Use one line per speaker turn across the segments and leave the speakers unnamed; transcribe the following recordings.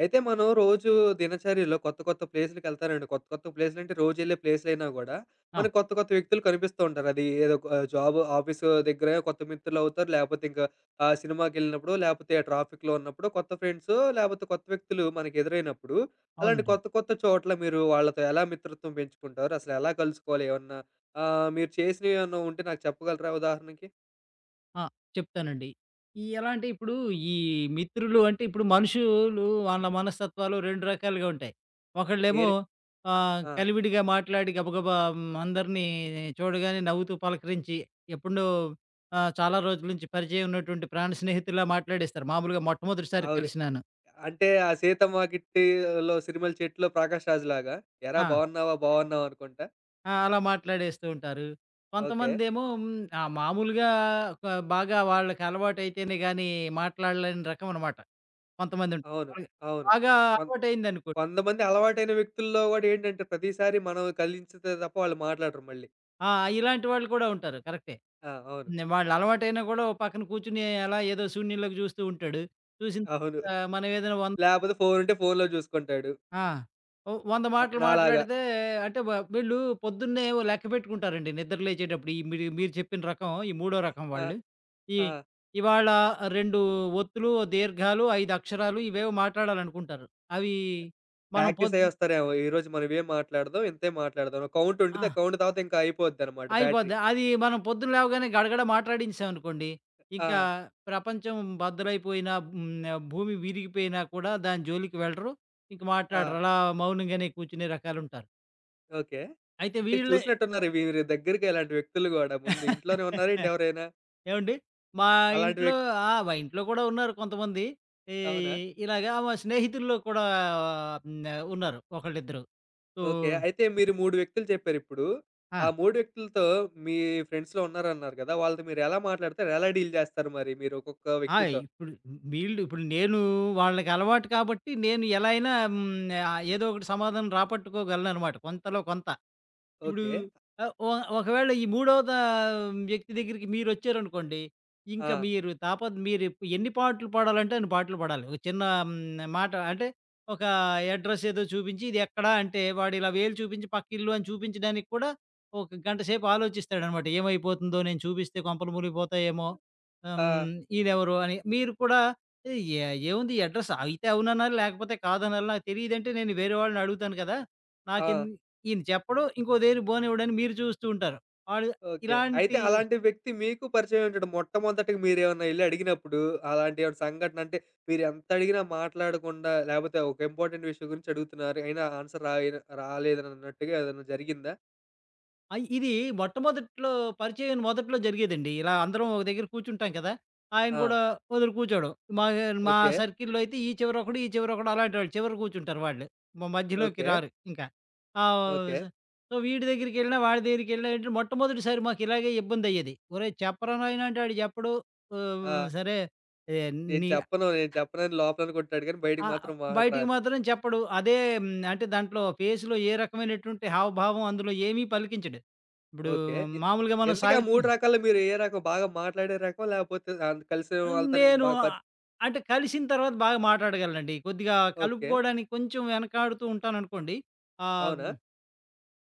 అయితే మనం రోజు దినచర్యలో కొత్త కొత్త ప్లేసులకెళ్తానండి. కొత్త కొత్త ప్లేసులంటే రోజెళ్ళే ప్లేసులైనా గూడా,
ఆ!
మనకు కొత్త కొత్త వ్యక్తులు కనిపిస్తూ ఉంటారు. అది ఏదో ఒక జాబ్ ఆఫీసు దగ్గర కొత్త మిత్రులవుతారు. లేపోతే ఇంకా సినిమాకెళ్ళినప్పుడో, లేపోతే ట్రాఫిక్‌లో ఉన్నప్పుడో కొత్త ఫ్రెండ్సో, లేపోతే కొత్త వ్యక్తులు మనకెదురైనప్పుడు, అలాంటి
అవునండి.
కొత్త కొత్త చోట్ల మీరు వాళ్ళతో ఎలా మిత్రత్వం పెంచుకుంటారు? అసలెలా కలుసుకోవాలి? ఏమన్నా మీరు చేసినవేమన్నా ఉంటే నాకు చెప్పగలరా ఉదాహరణకి?
ఆ! చెప్తానండి. ఎలా అంటే ఇప్పుడు ఈ మిత్రులు అంటే ఇప్పుడు మనుషులు వాళ్ళ మనస్తత్వాలు 2 రకాలుగా ఉంటాయి. ఒకళ్ళేమో
ఏరే ఆ!
కలివిడిగా మాట్లాడి గబగబా అందరినీ చూడగానే నవ్వుతూ పలకరించి ఎప్పుడో చాలా రోజుల నుంచి పరిచయం ఉన్నటువంటి ప్రాణ స్నేహితుల్లా మాట్లాడేస్తారు. మామూలుగా మొట్టమొదటిసారి
అవును.
కలిసినాను.
అంటే ఆ 'సీతమ్మ కిట్టిలో' 'సిరిమల్లె చెట్టులో' ప్రకాష్ రాజ్‌లాగా "ఎరా
ఆ!
బావున్నావా? బావున్నావా?" అనుకుంటా.
ఆ! అలా మాట్లాడేస్తూ ఉంటారు.
ఓకే.
కొంతమందేమో హ్మ్, ఆ! మామూలుగా ఒక బాగా వాళ్ళకి అలవాటైతేనే గాని మాట్లాడలేని రకం అనమాట. కొంతమందుంటారు.
అవును.
వాళ్ళకి
అవును.
బాగా
కొన్
అలవాటయిందనుకోండి.
కొంతమంది అలవాటైన వ్యక్తుల్లో గూడా ఏంటంటే ప్రతిసారి మనం కలిస్తే తప్ప వాళ్ళు మాట్లాడరు మళ్ళీ.
ఆ! ఇలాంటి వాళ్ళు కూడా ఉంటారు. కరెక్టే.
ఆ! అవును.
వాళ్ళు అలవాటైనా కూడా ఓ పక్కన కూర్చొని అలా ఏదో శూన్యంలోకి చూస్తూ ఉంటాడు. చూసిన
అవును.
తర్వాత మనం ఏదైనా 100
లేపోతే ఫోన్ ఉంటే ఫోన్‌లో చూసుకుంటాడు.
ఆ! ఓ 100
నా
మాటలు
నాలాగా.
మాట్లాడితే అంటే వీళ్ళు పొద్దున్నే ఓ లెక్క పెట్టుకుంటారండి నిద్ర లేచేటప్పుడు. ఈ మీరు మీరు చెప్పిన రకం ఈ మూడో రకం
ఆ!
వాళ్ళు. ఈ
ఆ!
ఇవాళ 2 ఒత్తులు, ఓ దీర్ఘాలు, 5 అక్షరాలు ఇవేవో మాట్లాడాలనుకుంటారు. అవి మనం
ప్రాక్టీస్
పొద్దు
అయ్యొస్తారేమో ఈరోజు మనం ఏం మాట్లాడదాం, ఇంతే మాట్లాడదాం. కౌంట్
ఆ!
ఉండిద్ది. ఆ కౌంట్ తర్వాత ఇంకా అయిపోద్దనమాట బ్యాటరీ.
అయిపోద్ది. అది మనం పొద్దున లేవగానే గడగడ మాట్లాడించామనుకోండి,
ఆ!
ఇంకా ప్రపంచం బద్దలైపోయినా భూమి విరిగిపోయినా కూడా దాని జోలికి వెళ్ళరు. ఇంక
ఆ!
మాట్లాడరు. అలా మౌనంగానే కూర్చునే రకాలుంటారు.
ఓకే.
అయితే
అంటే
వీళ్ళ
చూసినట్టున్నారు వీరి దగ్గరికి ఇలాంటి వ్యక్తులు గూడా. ముందు ఇంట్లోనే ఉన్నారా ఏంటి ఎవరైనా?
ఏవండీ? మా
అలాంటి
ఇంట్లో
వ్యక్
ఆ! మా ఇంట్లో కూడా ఉన్నారు కొంతమంది. ఈ
అవునా?
ఇలాగా మా స్నేహితుల్లో కూడా హ్మ్, ఉన్నారు ఒకళ్ళిద్దరు. So
okay. అయితే మీరు 3 వ్యక్తులు చెప్పారిప్పుడు.
ఆ!
ఆ 3 వ్యక్తులతో మీ ఫ్రెండ్స్‌లో ఉన్నారన్నారు గదా! వాళ్ళతో మీరు ఎలా మాట్లాడతారు? ఎలా డీల్ జేస్తారు మరి మీరు ఒక్కొక్క
ఆ!
వ్యక్తితో?
ఇప్పుడు వీళ్ళు ఇప్పుడు నేను వాళ్ళకి అలవాటు కాబట్టి నేను ఎలా అయినా ఏదో ఒకటి సమాధానం రాబట్టుకోగలననమాట కొంతలో కొంత. ఇప్పుడు
ఓకే.
ఆహ్, ఒ ఒకవేళ ఈ మూడో వ్యక్తి దగ్గరికి మీరొచ్చారనుకోండి, ఇంక
ఆ!
మీరు తాప మీరు ఎన్ని పాటలు పాడాలంటే అన్ని పాటలు పాడాలి. ఒక చిన్న మాట అంటే ఒక అడ్రెస్ ఏదో చూపించి ఇదెక్కడ అంటే వాడిలా వేలు చూపించి పక్కిల్లు అని చూపించడానికి కూడా ఒక గంట సేపు ఆలోచిస్తాడనమాట. ఏమైపోతుందో నేను చూపిస్తే కొంపలు మునిగిపోతాయేమో.
ఆ!
హ్మ్, ఈడెవరు అని. మీరు కూడా ఏ ఏ- ఏముంది ఈ అడ్రెస్ అయితే అవుననాలి లేకపోతే కాదనాలి. నాకు తెలీదంటే నేను వేరే వాళ్ళని అడుగుతాను కదా!
ఆ!
నాకెందు ఈయన చెప్పడు. ఇంకో దగ్గరికి బోనివ్వడని మీరు చూస్తూ ఉంటారు. ఆడు
ఓకే. అయితే
ఇలాంటి
అలాంటి వ్యక్తి మీకు పరిచయమై ఉంటాడు. మొట్టమొదటగా మీరేమన్నా ఎళ్లి అడిగినప్పుడు అలాంటి ఏమైనా సంఘటన అంటే మీరెంత అడిగినా మాట్లాడకుండా లేపోతే ఒక ఇంపార్టెంట్ విషయం గురించి అడుగుతున్నారు. అయినా ఆన్సర్ రాయన రాలేదనన్నట్టుగా ఏదన్నా జరిగిందా?
ఇది మొట్టమొదట్లో పరిచయం మొదట్లో జరిగేదండి. ఇలా అందరం ఒక దగ్గర కూర్చుంటాం కదా! ఆయన
ఆ!
గూడా ఓ దగ్గర కూర్చోడు. మా మా
ఓకే.
సర్కిల్‌లో అయితే ఈ చివరొకడు, ఈ చివరొకడు అలాంటోళ్ళు చివర ఒకడు అలాంటి వాళ్ళు చివరి కూర్చుంటారు వాళ్ళు. మధ్యలోకి
ఓకే.
రారు ఇంకా. ఆహ్,
ఓకే.
స సో, వీడి దగ్గరికెళ్ళినా, వాడి దగ్గరికెళ్ళినా ఏంటంటే మొట్టమొదటిసారి మాకు ఇలాగే ఇబ్బందయ్యేది. ఒరేయ్! చెప్పరా నాయనా అంటే ఆడు చెప్పడు.
ఆ!
ఆహ్, సరే ఏ
నేను
నీ
చెప్పను, నేను చెప్పనని లోపలనుకుంటాడు కానీ బయటికి
ఆ!
మాత్రం మాట
బయటికి
రాదు.
మాత్రం చెప్పడు. అదే హ్మ్. అంటే దాంట్లో ఫేస్‌లో ఏ రకమైనటువంటి హావభావం అందులో ఏమీ పలికించడు. ఇప్పుడు
ఓకే.
మామూలుగా మనం
ఇంతకీ ఆ
సావిత్
3 రకాల్లో మీరు ఏ రకం? బాగా మాట్లాడే రకమా? లేపోతే కలిసిన వాళ్ళతోని
నేను
బాగా
ఆ- అంటే కలిసిన తర్వాత బాగా మాట్లాడగలనండి. కొద్దిగా
ఓకే.
కలుపుకోవడానికి కొంచెం వెనకాడుతూ ఉంటాననుకోండి. ఆహ్,
అవునా?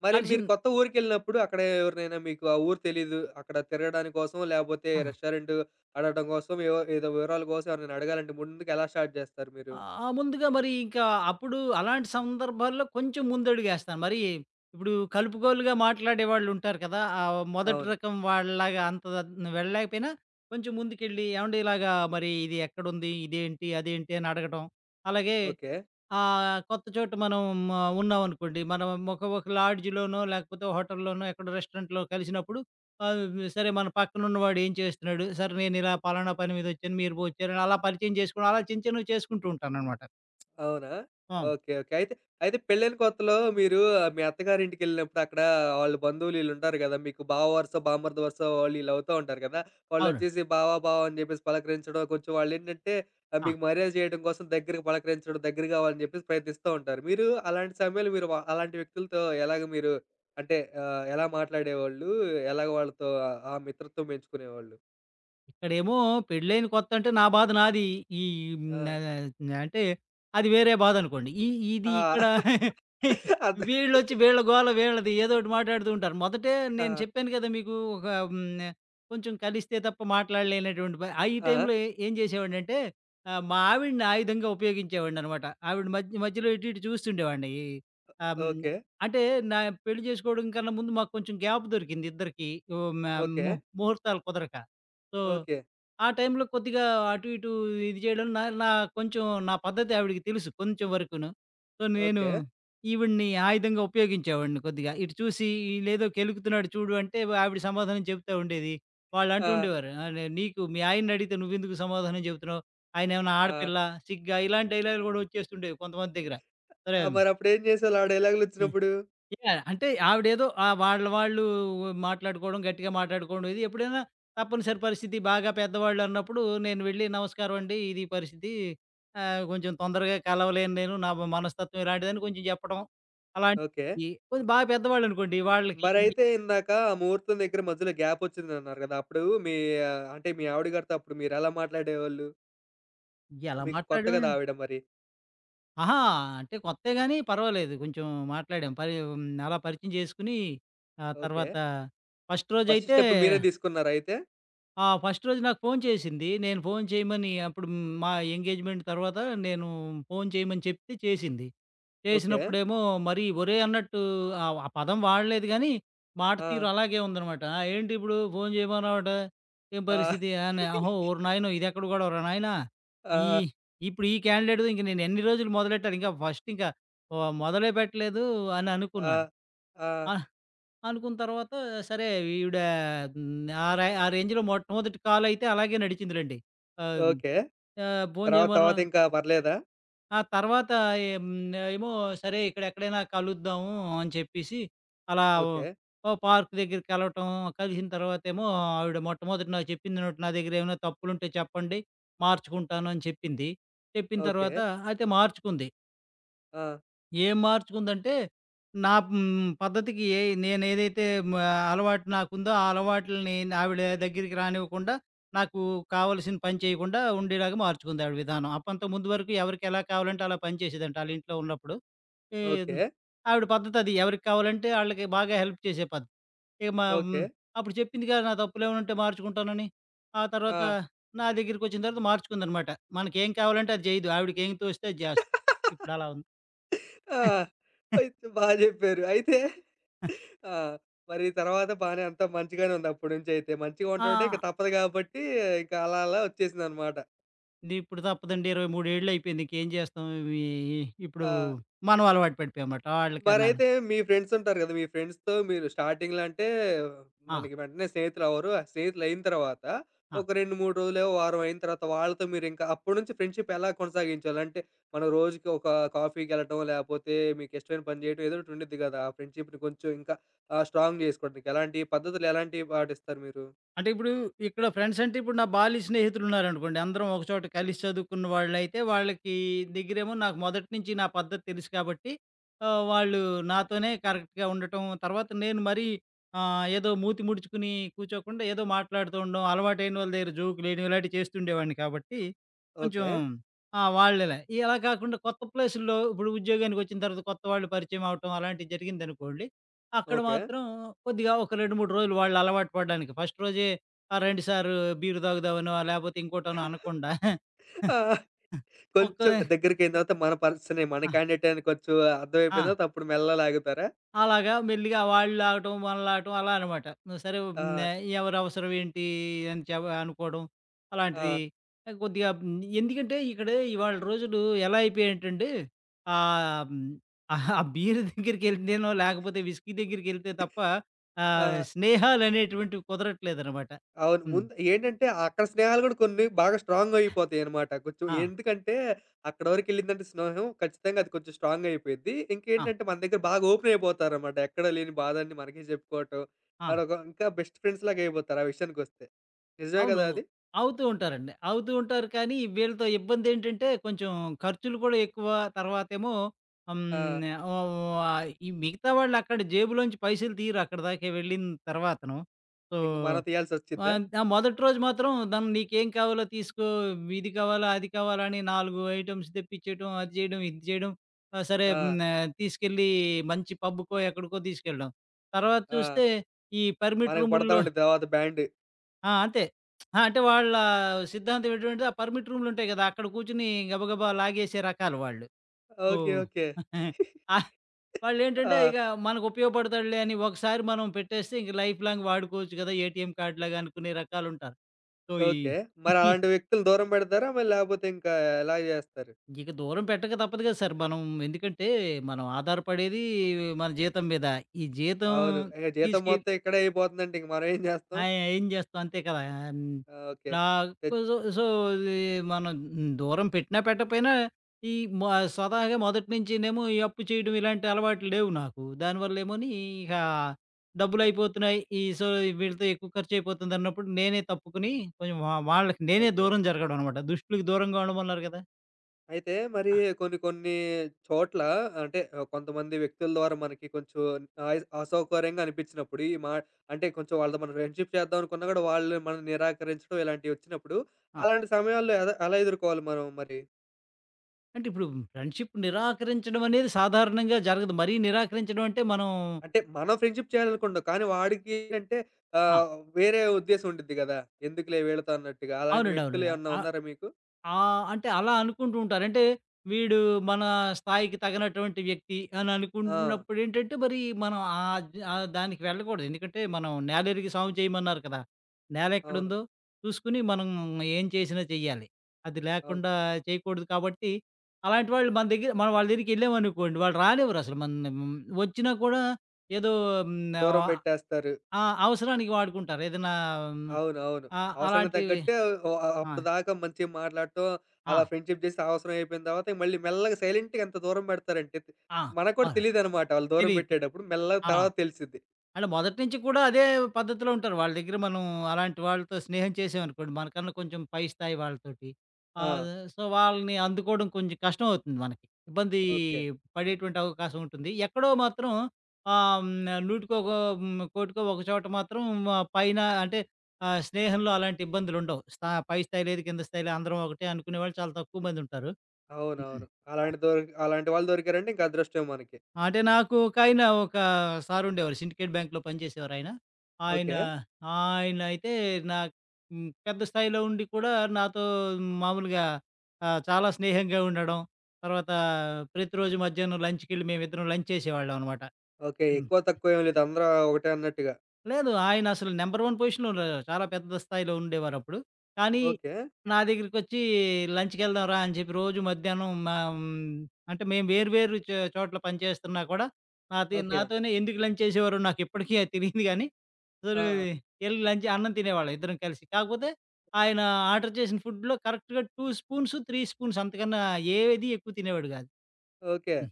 మరి మీరు
కలిసిన
కొత్త ఊరికెళ్ళినప్పుడు అక్కడ ఎవరినైనా మీకు ఆ ఊరు తెలీదు. అక్కడ తిరగడానికి కోసం లేపోతే
ఆ! కలిసిన
రెస్టారెంట్ అడగటం కోసం ఏవో ఏదో వివరాల కోసం ఎవరినైనా అడగాలంటే ముందుగా ఎలా స్టార్ట్ జేస్తారు మీరు?
ఆ! ఆ! ముందుగా మరి ఇంకా అప్పుడు అలాంటి సందర్భాల్లో కొంచెం ముందడుగేస్తాను. మరి ఇప్పుడు కలుపుగోలుగా మాట్లాడేవాళ్ళుంటారు కదా! మొదటి
అవును.
రకం వాళ్ళలాగా అంత వెళ్ళలేకపోయినా కొంచెం ముందుకెళ్ళి ఏవండీ ఇలాగా మరి ఇది ఎక్కడుంది? ఇదేంటి? అదేంటి? అని అడగటం. అలాగే
ఓకే.
ఆ కొత్త చోట మనం ఉన్నామనుకోండి. మనం ఒక ఒక లాడ్జ్‌లోనో, లేకపోతే హోటల్‌లోనో, ఎక్కడో రెస్టారెంట్‌లో కలిసినప్పుడు ఆహ్, సరే మన పక్కనున్నవాడు ఏం చేస్తున్నాడు? సరే నేను ఇలా పలానా పని మీద వచ్చాను. మీరు బొచ్చారని అలా పరిచయం చేసుకోవడం అలా చిన్న చిన్నవి చేసుకుంటూ ఉంటాననమాట.
అవునా?
అవును.
ఓకే. ఓకే. అయితే, అయితే పెళ్ళైన కొత్తలో మీరు ఆ, మీ అత్తగారింటికెళ్ళినప్పుడు అక్కడ వాళ్ళ బంధువులు ఈళ్ళుంటారు గదా! మీకు బావ వరుస, బామ్మర్ది వరుస వాళ్ళు ఈళ్ళు అవుతా ఉంటారు గదా!
అవునండి.
వాళ్ళొచ్చేసి బావ, బావ అని జెప్పేసి పలకరించడం, కొంచెం వాళ్ళేంటంటే
ఆ!
మీకు మర్యాద జేయడం కోసం దగ్గరకి పలకరించడం, దగ్గర గావాలని జెప్పేసి ప్రయత్నిస్తా ఉంటారు. మీరు అలాంటి సమయంలో మీరు వ అలాంటి వ్యక్తులతో ఎలాగ మీరు అంటే ఎలా మాట్లాడేవాళ్ళు? ఎలాగ వాళ్ళతో ఆ ఆ మిత్రత్వం పెంచుకునేవాళ్ళు?
ఇక్కడేమో పెళ్ళైన కొత్త అంటే నా బాధ నాది. ఈ
ఆ!
హ్మ్. ఆహ్, అంటే అది వేరే బాధనుకోండి. ఈ ఇది
ఆ!
ఇక్కడ
అదే.
వీళ్ళొచ్చి వీళ్ళ గోల వీళ్ళది ఏదోకటి మాట్లాడుతూ ఉంటారు. మొదటే
ఆ!
నేను చెప్పాను కదా! మీకు ఒక హ్మ్. కొంచెం కలిస్తే తప్ప మాట్లాడలేనటువంటి ప ఆ! ఈ
ఆ!
టైంలో ఏం చేసేవాడినంటే మా ఆవిడని ఆయుధంగా ఉపయోగించేవాడిననమాట. ఆవిడ మధ్య మధ్యలో ఇటు ఇటు చూస్తుండేవాడిని. ఈ ఆహ్, హ్మ్.
ఓకే.
అంటే నా పెళ్లి చేసుకోవడం కన్నా ముందు మాకు కొంచెం గ్యాప్ దొరికింది ఇద్దరికీ. ఓ మ
ఓకే.
ము ముహూర్తాలు కుదరక. So
okay.
ఆ టైంలో కొద్దిగా అటు ఇటు ఇది చేయడం నా నా కొంచెం నా పద్ధతి ఆవిడకి తెలుసు కొంచెం వరకును. సో, నేను
ఓకే.
ఈవిడ్ని ఆయుధంగా ఉపయోగించేవాడిని కొద్దిగా. ఇటు చూసి ఈళ్ళేదో కెలుకుతున్నాడు చూడు అంటే ఆవిడ సమాధానం చెప్తా ఉండేది.
ఆ!
వాళ్ళంటూ ఉండేవారు. నే నీకు మీ ఆయన్నడిగితే నువ్వెందుకు సమాధానం చెప్తున్నావు? ఆయనేమన్నా
ఆ!
ఆడపిల్ల, సిగ్గా ఇలాంటి డైలాగులు గూడా వచ్చేస్తుండేవి కొంతమంది దగ్గర. సరే
ఆ! మరప్పుడేం చేసావు ఆ డైలాగులొచ్చినప్పుడు?
యాహ్! అంటే ఆవిడేదో ఆహ్, వాళ్ళ వాళ్ళు మాట్లాడుకోవడం, గట్టిగా మాట్లాడుకోవడం ఇది ఎప్పుడైనా తప్పనిసరి పరిస్థితి బాగా పెద్దవాళ్ళన్నప్పుడు నేను వెళ్ళి నమస్కారం అండి. ఇది పరిస్థితి. కొంచెం తొందరగా కలవలేను నేను. నా మనస్తత్వం ఇలాంటిదని కొంచెం చెప్పడం.
ఓకే.
అలాంటివి కొంచెం బాగా పెద్దవాళ్ళనుకోండి వాళ్ళకి
మరైతే ఇందాక ఆ ముహూర్తం దగ్గర మధ్యలో గ్యాపొచ్చిందన్నారు గదా! అప్పుడు మీ అంటే మీ ఆవిడ గారితో అప్పుడు మీరెలా మాట్లాడేవాళ్ళు?
ఎలా
మీకు కొత్త గదా
మాట్లాడాం.
ఆవిడ మరి.
అహా! అంటే కొత్తే గాని పర్వాలేదు. కొంచెం మాట్లాడాం. అలా పరిచయం చేసుకొని ఆ
ఓకే.
తర్వాత ఫస్ట్
ఫస్ట్
రోజైతే.
స్టెప్ మీరే తీసుకున్నారా అయితే?
ఫస్ట్ రోజు నాకు ఫోను చేసింది. నేను ఫోను చేయమని అప్పుడు మా ఎంగేజ్‌మెంట్ తర్వాత నేను ఫోను చేయమని చెప్తే చేసింది.
ఓకే.
చేసినప్పుడేమో మరి ఒరేయ్! అన్నట్టు ఆ పదం వాడలేదు గానీ, మాట
ఆ!
తీరు అలాగే ఉందనమాట. ఏంటి ఇప్పుడు ఫోను చేయమన్నావట? ఏం
ఆ!
పరిస్థితి?" అని. "అహో! ఓరి నాయనో! ఇదెక్కడ గొడవరా నాయనా!
ఆ!
ఈ ఇప్పుడు ఈ క్యాండిడేట్‌తో ఇంక నేను ఎన్ని రోజులు మొదలెట్టాలి? ఇంకా ఫస్ట్ ఇంకా ఆహ్, మొదలే పెట్టలేదు" అని
ఆ!
అనుకున్నాను.
ఆ!
ఆ! అనుకున్న తర్వాత సరే ఈవిడ హ్మ్, ఆ రే ఆ రేంజ్‌లో మొట్టమొదటి కాలయితే అలాగే నడిచిందిలెండి. ఆహ్,
ఓకే.
ఆహ్, భోం
తర్వాత
చేయమన్నా
తర్వాతింకా పర్లేదా?
ఆ తర్వాత హ్మ్, ఏమో సరే ఇక్కడెక్కడైనా కలుద్దాము అని చెప్పేసి అలా ఓ
ఓకే.
ఓ పార్క్ దగ్గరికి కలవటం, కలిసిన తర్వాతేమో ఆవిడ మొట్టమొదట నాకు చెప్పింది నా దగ్గర ఏమైనా తప్పులుంటే చెప్పండి మార్చుకుంటాను అని చెప్పింది. చెప్పిన
ఓకే.
తర్వాత అయితే మార్చుకుంది.
ఆ!
ఏం మార్చుకుందంటే, నా హ్మ్, పద్ధతికి ఏ నేనేదైతే మ అలవాటు నాకుందో, ఆ అలవాట్లని ఆవిడ దగ్గరికి రానివ్వకుండా, నాకు కావాల్సిన పని చేయకుండా ఉండేలాగా మార్చుకుంది ఆవిడ విధానం. అప్పంతకు ముందు వరకు ఎవరికి ఎలా కావాలంటే అలా పనిచేసేదంట ఆళ్ళింట్లో ఉన్నప్పుడు. ఈ
ఓకే.
ఆవిడ పద్ధతది. ఎవరికి కావాలంటే ఆళ్ళకి బాగా హెల్ప్ చేసే పద్ధతి. ఇక మా
ఓకే.
హ్మ్, అప్పుడు చెప్పింది కదా! నా తప్పులేమన్నుంటే మార్చుకుంటానని. ఆ
ఆ!
తర్వాత నా దగ్గరికొచ్చిన తర్వాత మార్చుకుందనమాట. మనకేం కావాలంటే అది జేయదు. ఆవిడకేం తోస్తే అది జేస్తది. ఇప్పుడలా ఉంది.
ఆ! అయితే బా జెప్పారు. అయితే ఆ! మరి తర్వాత బానే అంతా మంచిగానే ఉంది అప్పటి నుంచయితే. మంచిగా ఉండటం అంటే ఇంక
ఆ!
తప్పదు గాబట్టి, ఇంక అలా అలా ఒచ్చేసిందనమాట.
ఇది ఇప్పుడు తప్పదండి. 23 ఏళ్ళు అయిపోయింది. ఇంకేం చేస్తాం? ఇవి ఇప్పుడు
ఆ!
మనం అలవాటు పడిపోయామమాట. ఆళ్ళకన్నాను.
మరైతే మీ ఫ్రెండ్స్ ఉంటారు గదా! మీ ఫ్రెండ్స్‌తో మీరు స్టార్టింగ్‌లో అంటే
ఆ!
మనకి వెంటనే స్నేహితులవ్వరు. ఆ స్నేహితులయిన తర్వాత
ఆ!
ఒక 2, 3 రోజులు, వారం అయిన తర్వాత వాళ్ళతో మీరింకా అప్పటి నుంచి ఫ్రెండ్‌షిప్ ఎలా కొనసాగించాలి? అంటే మనం రోజుకి ఒక కాఫీకెళ్ళటం, లేపోతే మీకిష్టమైన పని జేయటం ఏదో ఒకటి ఉండిద్ది గదా! ఆ ఫ్రెండ్‌షిప్‌ని కొంచెం ఇంకా స్ట్రాంగ్ జేసుకోవడానికి ఎలాంటి పద్ధతులు ఎలాంటివి పాటిస్తారు మీరు?
అంటే ఇప్పుడు ఇక్కడ ఫ్రెండ్స్ అంటే ఇప్పుడు నా బాల్య స్నేహితులున్నారనుకోండి. అందరం ఒక చోట కలిసి చదువుకున్న వాళ్ళైతే వాళ్ళకి దగ్గరేమో నాకు మొదటి నుంచి నా పద్ధతి తెలుసు కాబట్టి వాళ్ళు నాతోనే కరెక్ట్‌గా ఉండటం. తర్వాత నేను మరీ ఏదో మూతి ముడుచుకుని కూర్చోకుండా ఏదో మాట్లాడుతూ ఉండడం, అలవాటైన వాళ్ళ దగ్గర జోకులేయడం ఇలాంటివి చేస్తుండేవాడిని కాబట్టి కొంచెం
ఓకే.
వాళ్ళలా. ఇలా కాకుండా కొత్త ప్లేసుల్లో ఇప్పుడు ఉద్యోగానికొచ్చిన తర్వాత కొత్త వాళ్ళు పరిచయం అవ్వటం అలాంటివి జరిగిందనుకోండి. అక్కడ
ఓకే.
మాత్రం కొద్దిగా ఒక 2, 3 రోజులు వాళ్ళు అలవాటు పడడానికి. ఫస్ట్ రోజే రండి సారు బీర్ తాగుదామనో, లేపోతే ఇంకోటనో అనకుండా
ఆ!
ఒక
కొంచెం దగ్గరికయిన తర్వాత మన పర్సనే, మన
ఆ!
క్యాండిడేటే అని కొంచెం
ఆ!
అర్థమైపోయిన తర్వాత అప్పుడు మెల్లగా లాగుతారా?
అలాగా మెల్లిగా వాళ్ళు ఆగటం, మనలాగటం అలా అనమాట. సరే
ఆ!
హ్మ్, ఎవరి అవసరం ఏంటి అని చె అనుకోవడం అలాంటిది.
ఆ!
కొద్దిగా ఎందుకంటే ఇక్కడ ఇవాళ రోజులు ఎలా అయిపోయాయంటండి ఆహ్, హ్మ్, ఆ బీర్ దగ్గరికెళ్తేనో లేకపోతే విస్కీ దగ్గరికెళ్తే తప్ప
ఆ!
స్నేహాలనేటువంటివి కుదరట్లేదనమాట.
అవును.
హ్మ్.
ముందు ఏంటంటే, అక్కడ స్నేహాలు గూడా కొన్ని బాగా స్ట్రాంగ్ అయిపోతాయనమాట. కొంచెం
ఆ!
ఎందుకంటే, అక్కడ వరకెళ్ళిందంటే స్నేహం ఖచ్చితంగా అది కొంచెం స్ట్రాంగ్ అయిపోయిద్ది.
ఆ!
ఇంకేంటంటే, మన దగ్గర బాగా ఓపెన్ అయిపోతారనమాట. ఎక్కడ లేని బాధన్ని మనకే జెప్పుకోవటం.
ఆ!
అడొక ఇంకా బెస్ట్ ఫ్రెండ్స్ లాగా అయిపోతారు ఆ విషయానికొస్తే. నిజమే
అవును.
గదా! అది.
అవుతూ ఉంటారండి. అవుతూ ఉంటారు కానీ, వీళ్ళతో ఇబ్బందేంటంటే, కొంచెం ఖర్చులు కూడా ఎక్కువ. తర్వాతేమో
ఆ!
హ్మ్. ఓహ్! ఆహ్, ఈ మిగతా వాళ్ళక్కడ జేబులోంచి పైసలు తీయరు అక్కడి దాకా వెళ్ళిన తర్వాతను. సో,
ఇంక మనం తీయాల్సొచ్చిద్దా?
ఆ మొదటి రోజు మాత్రం నీకేం కావాలో తీసుకో, ఇది కావాలా, అది కావాలా అని 4 ఐటెమ్స్ తెప్పించేయడం, అది చేయడం, ఇది చేయడం. ఆ! సరే
ఆ!
హ్మ్. ఆహ్, తీసుకెళ్ళి మంచి పబ్‌కో, ఎక్కడికో తీసుకెళ్ళడం. తర్వాత
ఆ!
చూస్తే, ఈ పర్మిట్
మనకు పడతా
రూముల్లో.
ఉండిద్ది తర్వాత బ్యాండ్.
అంతే. అంటే వాళ్ళ సిద్ధాంతం ఎటువంటిది ఆ పర్మిట్ రూమ్‌లుంటాయి గదా! అక్కడ కూర్చొని గబగబా లాగేసే రకాలు వాళ్ళు. So,
okay. ఓకే.
ఆహ్,
ఆ!
వాళ్ళేంటంటే ఇక మనకు ఉపయోగపడతాడులే అని ఒకసారి మనం పెట్టేస్తే ఇంక లైఫ్ లాంగ్ వాడుకోవచ్చు గదా! ఏటీఎం కార్డ్‌లాగా అనుకునే రకాలుంటారు. సో, ఈ
ఓకే. మరి
ఈ
అలాంటి వ్యక్తులు దూరం బెడతారా? మరి లేపోతే ఇంకా ఎలా జేస్తారు?
ఇక దూరం పెట్టక తప్పదు గదా సార్ మనం. ఎందుకంటే, మనం ఆధారపడేది మన జీతం మీద. ఈ జీతం
అవును. ఇక జీతం
తీసుకె
మొత్తం ఇక్కడే అయిపోతుందంటే ఇంక మనం ఏం చేస్తాం?
ఆ! ఏం చేస్తాం అంతే కదా! హ్మ్.
ఆ! ఓకే.
ఇలా
తెచ్
సో, సో ఇది మనం దూరం పెట్టినా పెట్టకపోయినా ఈ మ స్వతహాగా మొదటి నుంచినేమో ఈ అప్పు చేయడం ఇలాంటి అలవాట్లు లేవు నాకు. దానివల్లేమోని ఇక డబ్బులయిపోతున్నాయి. ఈ సో వీళ్ళతో ఎక్కువ ఖర్చయిపోతుందన్నప్పుడు నేనే తప్పుకొని కొంచెం వాళ్ళకి నేనే
ఓకే.
దూరం జరగడం అనమాట. దుష్టులకి దూరంగా ఉండడం అన్నారు కదా!
అయితే మరి
ఆ!
కొన్ని కొన్ని చోట్ల అంటే కొంతమంది వ్యక్తుల ద్వారా మనకి కొంచెం అసౌకర్యంగా అనిపించినప్పుడు ఈ మా అంటే కొంచెం వాళ్ళతో మనం ఫ్రెండ్‌షిప్ చేద్దాం అనుకున్నా కూడా వాళ్ళు మనల్ని నిరాకరించడం ఇలాంటివి వచ్చినప్పుడు
ఆ!
అలాంటి సమయాల్లో ఎలా ఎదుర్కోవాలి మనం మరి?
అంటే ఇప్పుడు ఫ్రెండ్‌షిప్ నిరాకరించడం అనేది సాధారణంగా జరగదు. మరీ నిరాకరించడం అంటే మనం.
అంటే మనం ఫ్రెండ్‌షిప్ చేయాలనుకుంటాం. కానీ వాడికి అంటే
ఆ!
ఆహ్, వేరే ఉద్దేశం ఉండిద్ది కదా! ఎందుకులే వీళ్ళతో అన్నట్టుగా. అలాంటి
అవునండి.
వ్యక్తులు
అవునండి.
ఏమన్నా
ఆ!
ఉన్నారా మీకు?
ఆ! అంటే అలా అనుకుంటూ ఉంటారు. అంటే వీడు మన స్థాయికి తగినటువంటి వ్యక్తి అని
ఆ!
అనుకున్నప్పుడేంటంటే, మరి మనం దానికి వెళ్ళకూడదు. ఎందుకంటే మనం నేలెరిగి సాము చేయమన్నారు కదా!
అవును.
నేలెక్కడుందో చూసుకొని మనం ఏం చేసినా చెయ్యాలి. అది
అవును.
లేకుండా చేయకూడదు కాబట్టి, అలాంటి వాళ్ళు మన దగ్గర మనం వాళ్ళ దగ్గరికెళ్ళామనుకోండి, వాళ్ళు రానివ్వరసలు మనల్ని. వచ్చినా కూడా ఏదో హ్మ్,
దూరం
ఆహ్,
బెట్టేస్తారు.
ఆ అవసరానికి వాడుకుంటారు. హ్మ్,
అవును. అవును. అవసరానికి
అలాంటివి.
తగ్గట్టే ఓ అ
ఆ!
అప్పటిదాకా మంచిగా మాట్లాడటం,
ఆ!
అలా ఫ్రెండ్‌షిప్ జేసి అవసరం అయిపోయిన తర్వాత మళ్ళీ మెల్లగా సైలెంట్‌గా ఎంత దూరం బెడతారంటే
ఆ!
మనకు కూడా
అవును.
తెలీదనమాట వాళ్ళు దూరం
తెలీదు.
బెట్టేటప్పుడు. మెల్లగా
ఆ!
తర్వాత తెలిసిద్ది.
అంటే మొదటి నుంచి కూడా అదే పద్ధతిలో ఉంటారు. వాళ్ళ దగ్గర మనం అలాంటి వాళ్ళతో స్నేహం చేసామనుకోండి, మనకన్నా కొంచెం పై స్థాయి వాళ్ళతోటి.
ఆ!
ఆహ్, సో, వాళ్ళని అందుకోవడం కొంచెం కష్టం అవుతుంది మనకి. ఇబ్బంది
ఓకే.
పడేటువంటి అవకాశం ఉంటుంది. ఎక్కడో మాత్రం ఆహ్, హ్మ్, నూటికో గో హ్మ్, కోటికో ఒక చోట మాత్రం పైన అంటే స్నేహంలో అలాంటి ఇబ్బందులుండవు. పై స్థాయి లేదు, కింద స్థాయి లేదు అందరం ఒకటే అనుకునేవాళ్ళు చాలా తక్కువ మందుంటారు. హ్మ్.
అవునవును.
ఆ!
అలాంటి వాళ్ళు దొరికారంటే ఇంక అదృష్టమే మనకి.
అంటే నాకు ఒకాయన ఒక సారుండేవారు. సిండికేట్ బ్యాంక్‌లో పనిచేసేవారాయన. ఆయన
ఓకే.
ఆయనైతే నాకు హ్మ్. పెద్ద స్థాయిలో ఉండి కూడా నాతో మామూలుగా చాలా స్నేహంగా ఉండడం. తర్వాత ప్రతిరోజు మధ్యాహ్నం లంచ్‌కెళ్ళి మేమిద్దరం లంచ్ చేసేవాళ్ళం అనమాట.
ఓకే.
హ్మ్.
ఎక్కువ తక్కువ ఏం లేదు. అందరూ ఒకటే అన్నట్టుగా.
లేదు. ఆయనసలు నంబర్ 1 పొజిషన్‌లో ఉండేవారు. చాలా పెద్ద స్థాయిలో ఉండేవారప్పుడు. కానీ
ఓకే.
నా దగ్గరికొచ్చి లంచ్‌కెళ్దాం రా అని చెప్పి రోజు మధ్యాహ్నం మా అంటే మేము వేరు వేరు చోట్ల పనిచేస్తున్నా కూడా
ఓకే.
నాతోనే ఎందుకు లంచ్ చేసేవారో నాకిప్పటికీ అది తెలీదు గానీ,
ఆ!
అసలు ఎళ్లి లంచ్ అన్నం తినేవాళ్ళం ఇద్దరం కలిసి. కాకపోతే ఆయన ఆర్డర్ చేసిన ఫుడ్‌లో కరెక్ట్‌గా 2 స్పూన్స్, 3 స్పూన్స్ అంతకన్నా ఏది ఎక్కువ తినేవాడు గాదు.
ఓకే.
హ్మ్.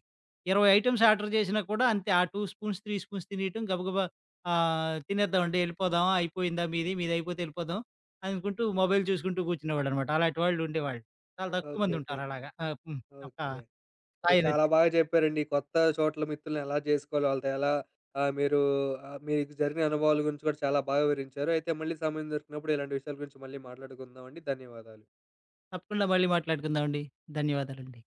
20 ఐటెమ్స్ ఆర్డర్ చేసినా కూడా అంతే. ఆ 2 స్పూన్స్, 3 స్పూన్స్ తినేయటం గబగబా. తినేద్దామండి ఎళ్ళిపోదాం. అయిపోయిందా మీది? మీదయిపోతే ఎళ్ళిపోదాం అనుకుంటూ మొబైల్ చూసుకుంటూ కూర్చునేవాడనమాట. అలాంటి వాళ్ళు ఉండేవాళ్ళు. చాలా తక్కువ
ఓకే. ఓకే.
మందుంటారు అలాగా. ఆహ్, హ్మ్. ఒక
ఓకే. ఇది
హాయ్.
చాలా బాగా చెప్పారండి. ఈ కొత్త చోట్ల మిత్రుల్ని ఎలా చేసుకోవాలి? వాళ్ళతో ఎలా ఆహ్, మీరు మీకు జరిగిన అనుభవాల గురించి కూడా చాలా బాగా వివరించారు. అయితే మళ్ళీ సమయం దొరికినప్పుడు ఇలాంటి విషయాల గురించి మళ్ళీ మాట్లాడుకుందామండి. ధన్యవాదాలు.
తప్పకుండా మళ్ళీ మాట్లాడుకుందామండి. ధన్యవాదాలండి.